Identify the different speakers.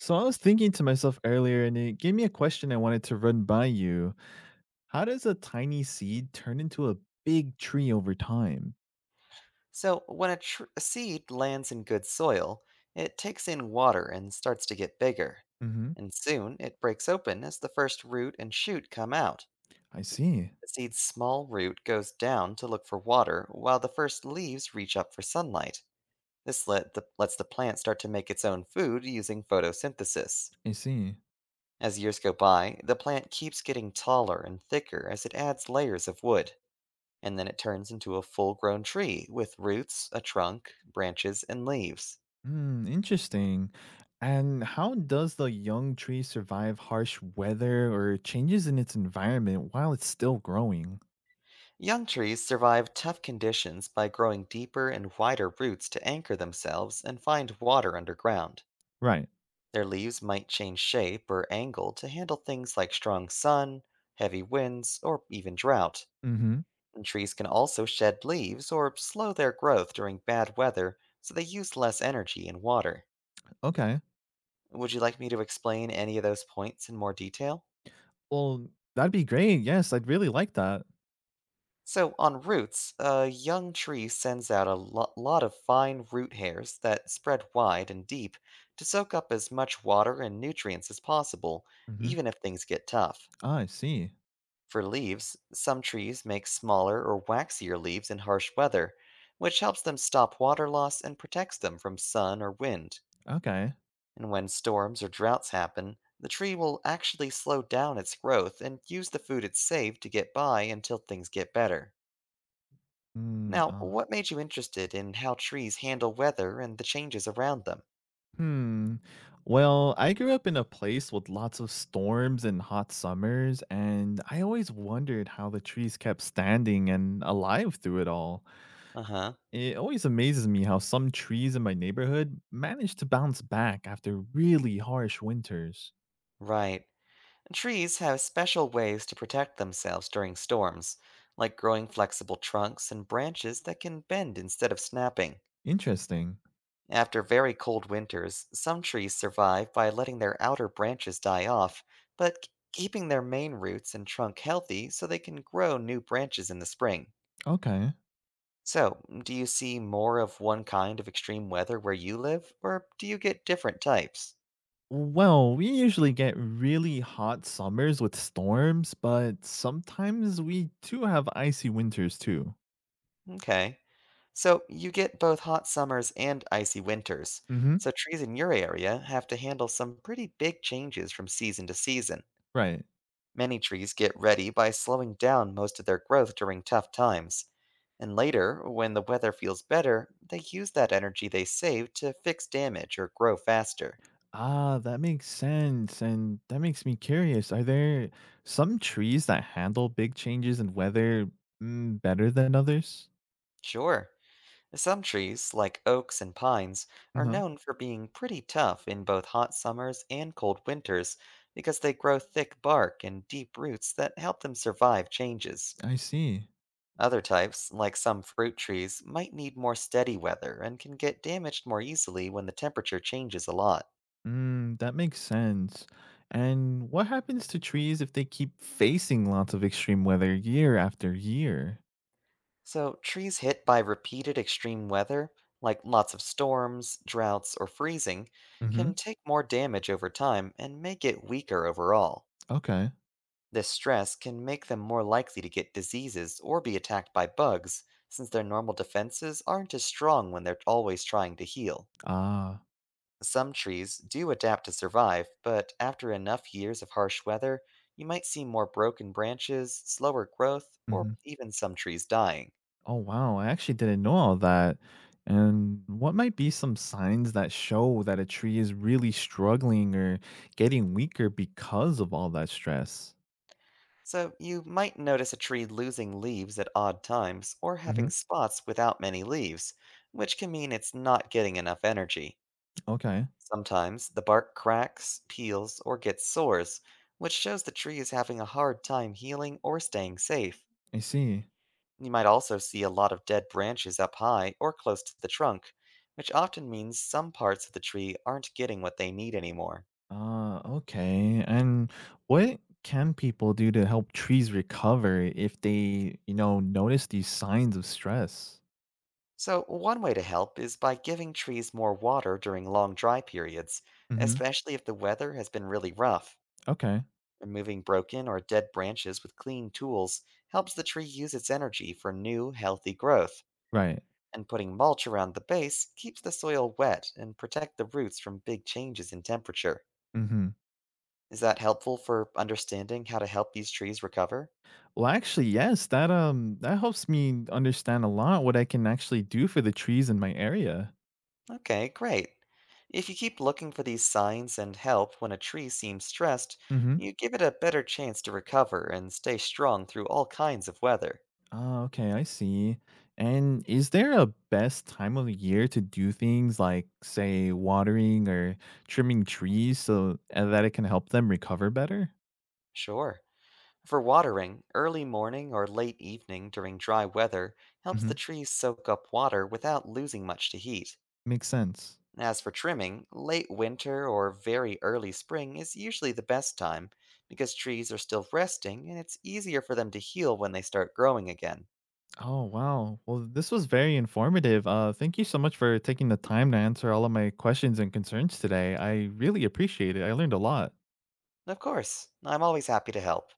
Speaker 1: So I was thinking to myself earlier, and it gave me a question I wanted to run by you. How does a tiny seed turn into a big tree over time?
Speaker 2: So, when a seed lands in good soil, it takes in water and starts to get bigger.
Speaker 1: Hmm.
Speaker 2: And soon it breaks open as the first root and shoot come out.
Speaker 1: I see.
Speaker 2: The seed's small root goes down to look for water while the first leaves reach up for sunlight. This lets the plant start to make its own food using photosynthesis.
Speaker 1: I see.
Speaker 2: As years go by, the plant keeps getting taller and thicker as it adds layers of wood, and then it turns into a full grown tree with roots, a trunk, branches, and leaves.
Speaker 1: Hmm. Interesting. And how does the young tree survive harsh weather or changes in its environment while it's still growing?
Speaker 2: Young trees survive tough conditions by growing deeper and wider roots to anchor themselves and find water underground.
Speaker 1: Right.
Speaker 2: Their leaves might change shape or angle to handle things like strong sun, heavy winds, or even drought.
Speaker 1: Mm-hmm.
Speaker 2: And trees can also shed leaves or slow their growth during bad weather, so they use less energy and water.
Speaker 1: Okay.
Speaker 2: Would you like me to explain any of those points in more detail?
Speaker 1: Well, that'd be great. Yes, I'd really like that.
Speaker 2: So, on roots, a young tree sends out a lot of fine root hairs that spread wide and deep to soak up as much water and nutrients as possible,
Speaker 1: Mm-hmm.
Speaker 2: even if things get tough.
Speaker 1: Ah, I see.
Speaker 2: For leaves, some trees make smaller or waxier leaves in harsh weather, which helps them stop water loss and protects them from sun or wind.
Speaker 1: Okay.
Speaker 2: And when storms or droughts happen, the tree will actually slow down its growth and use the food it saved to get by until things get better.
Speaker 1: Hmm.
Speaker 2: Now, what made you interested in how trees handle weather and the changes around them?
Speaker 1: Hmm. Well, I grew up in a place with lots of storms and hot summers, and I always wondered how the trees kept standing and alive through it all.
Speaker 2: Uh huh.
Speaker 1: It always amazes me how some trees in my neighborhood managed to bounce back after really harsh winters.
Speaker 2: Right. Trees have special ways to protect themselves during storms, like growing flexible trunks and branches that can bend instead of snapping.
Speaker 1: Interesting.
Speaker 2: After very cold winters, some trees survive by letting their outer branches die off, but keeping their main roots and trunk healthy so they can grow new branches in the spring.
Speaker 1: Okay.
Speaker 2: So, do you see more of one kind of extreme weather where you live, or do you get different types?
Speaker 1: Well, we usually get really hot summers with storms, but sometimes we do have icy winters too.
Speaker 2: Okay. So, you get both hot summers and icy winters.
Speaker 1: Mm hmm.
Speaker 2: So, trees in your area have to handle some pretty big changes from season to season.
Speaker 1: Right.
Speaker 2: Many trees get ready by slowing down most of their growth during tough times. And later, when the weather feels better, they use that energy they saved to fix damage or grow faster.
Speaker 1: Ah, that makes sense. And that makes me curious. Are there some trees that handle big changes in weather better than others?
Speaker 2: Sure. Some trees, like oaks and pines, are
Speaker 1: Uh-huh.
Speaker 2: known for being pretty tough in both hot summers and cold winters because they grow thick bark and deep roots that help them survive changes.
Speaker 1: I see.
Speaker 2: Other types, like some fruit trees, might need more steady weather and can get damaged more easily when the temperature changes a lot.
Speaker 1: Mm, that makes sense. And what happens to trees if they keep facing lots of extreme weather year after year?
Speaker 2: So, trees hit by repeated extreme weather, like lots of storms, droughts, or freezing,
Speaker 1: Mm-hmm.
Speaker 2: can take more damage over time and may get weaker overall.
Speaker 1: Okay.
Speaker 2: This stress can make them more likely to get diseases or be attacked by bugs, since their normal defenses aren't as strong when they're always trying to heal.
Speaker 1: Ah.
Speaker 2: Some trees do adapt to survive, but after enough years of harsh weather, you might see more broken branches, slower growth, or
Speaker 1: Mhm.
Speaker 2: even some trees dying.
Speaker 1: Oh wow, I actually didn't know all that. And what might be some signs that show that a tree is really struggling or getting weaker because of all that stress?
Speaker 2: So, you might notice a tree losing leaves at odd times or
Speaker 1: Hmm.
Speaker 2: having spots without many leaves, which can mean it's not getting enough energy.
Speaker 1: Okay,
Speaker 2: Sometimes the bark cracks, peels, or gets sores, which shows the tree is having a hard time healing or staying safe.
Speaker 1: I see.
Speaker 2: You might also see a lot of dead branches up high or close to the trunk, which often means some parts of the tree aren't getting what they need anymore.
Speaker 1: Okay. And what can people do to help trees recover if they, notice these signs of stress?
Speaker 2: So, one way to help is by giving trees more water during long dry periods,
Speaker 1: Hmm.
Speaker 2: especially if the weather has been really rough.
Speaker 1: Okay,
Speaker 2: Removing broken or dead branches with clean tools helps the tree use its energy for new, healthy growth.
Speaker 1: right.
Speaker 2: And putting mulch around the base keeps the soil wet and protect the roots from big changes in temperature.
Speaker 1: Hmm.
Speaker 2: Is that helpful for understanding how to help these trees recover?
Speaker 1: Well, actually, yes, that helps me understand a lot what I can actually do for the trees in my area.
Speaker 2: Okay, great. If you keep looking for these signs and help when a tree seems stressed,
Speaker 1: Mhm.
Speaker 2: you give it a better chance to recover and stay strong through all kinds of weather.
Speaker 1: Oh, okay, I see. And is there a best time of the year to do things like, say, watering or trimming trees so that it can help them recover better?
Speaker 2: Sure. For watering, early morning or late evening during dry weather helps the
Speaker 1: Mhm.
Speaker 2: trees soak up water without losing much to heat.
Speaker 1: Makes sense.
Speaker 2: As for trimming, late winter or very early spring is usually the best time because trees are still resting and it's easier for them to heal when they start growing again.
Speaker 1: Oh, wow. Well, this was very informative. Thank you so much for taking the time to answer all of my questions and concerns today. I really appreciate it. I learned a lot.
Speaker 2: Of course, I'm always happy to help.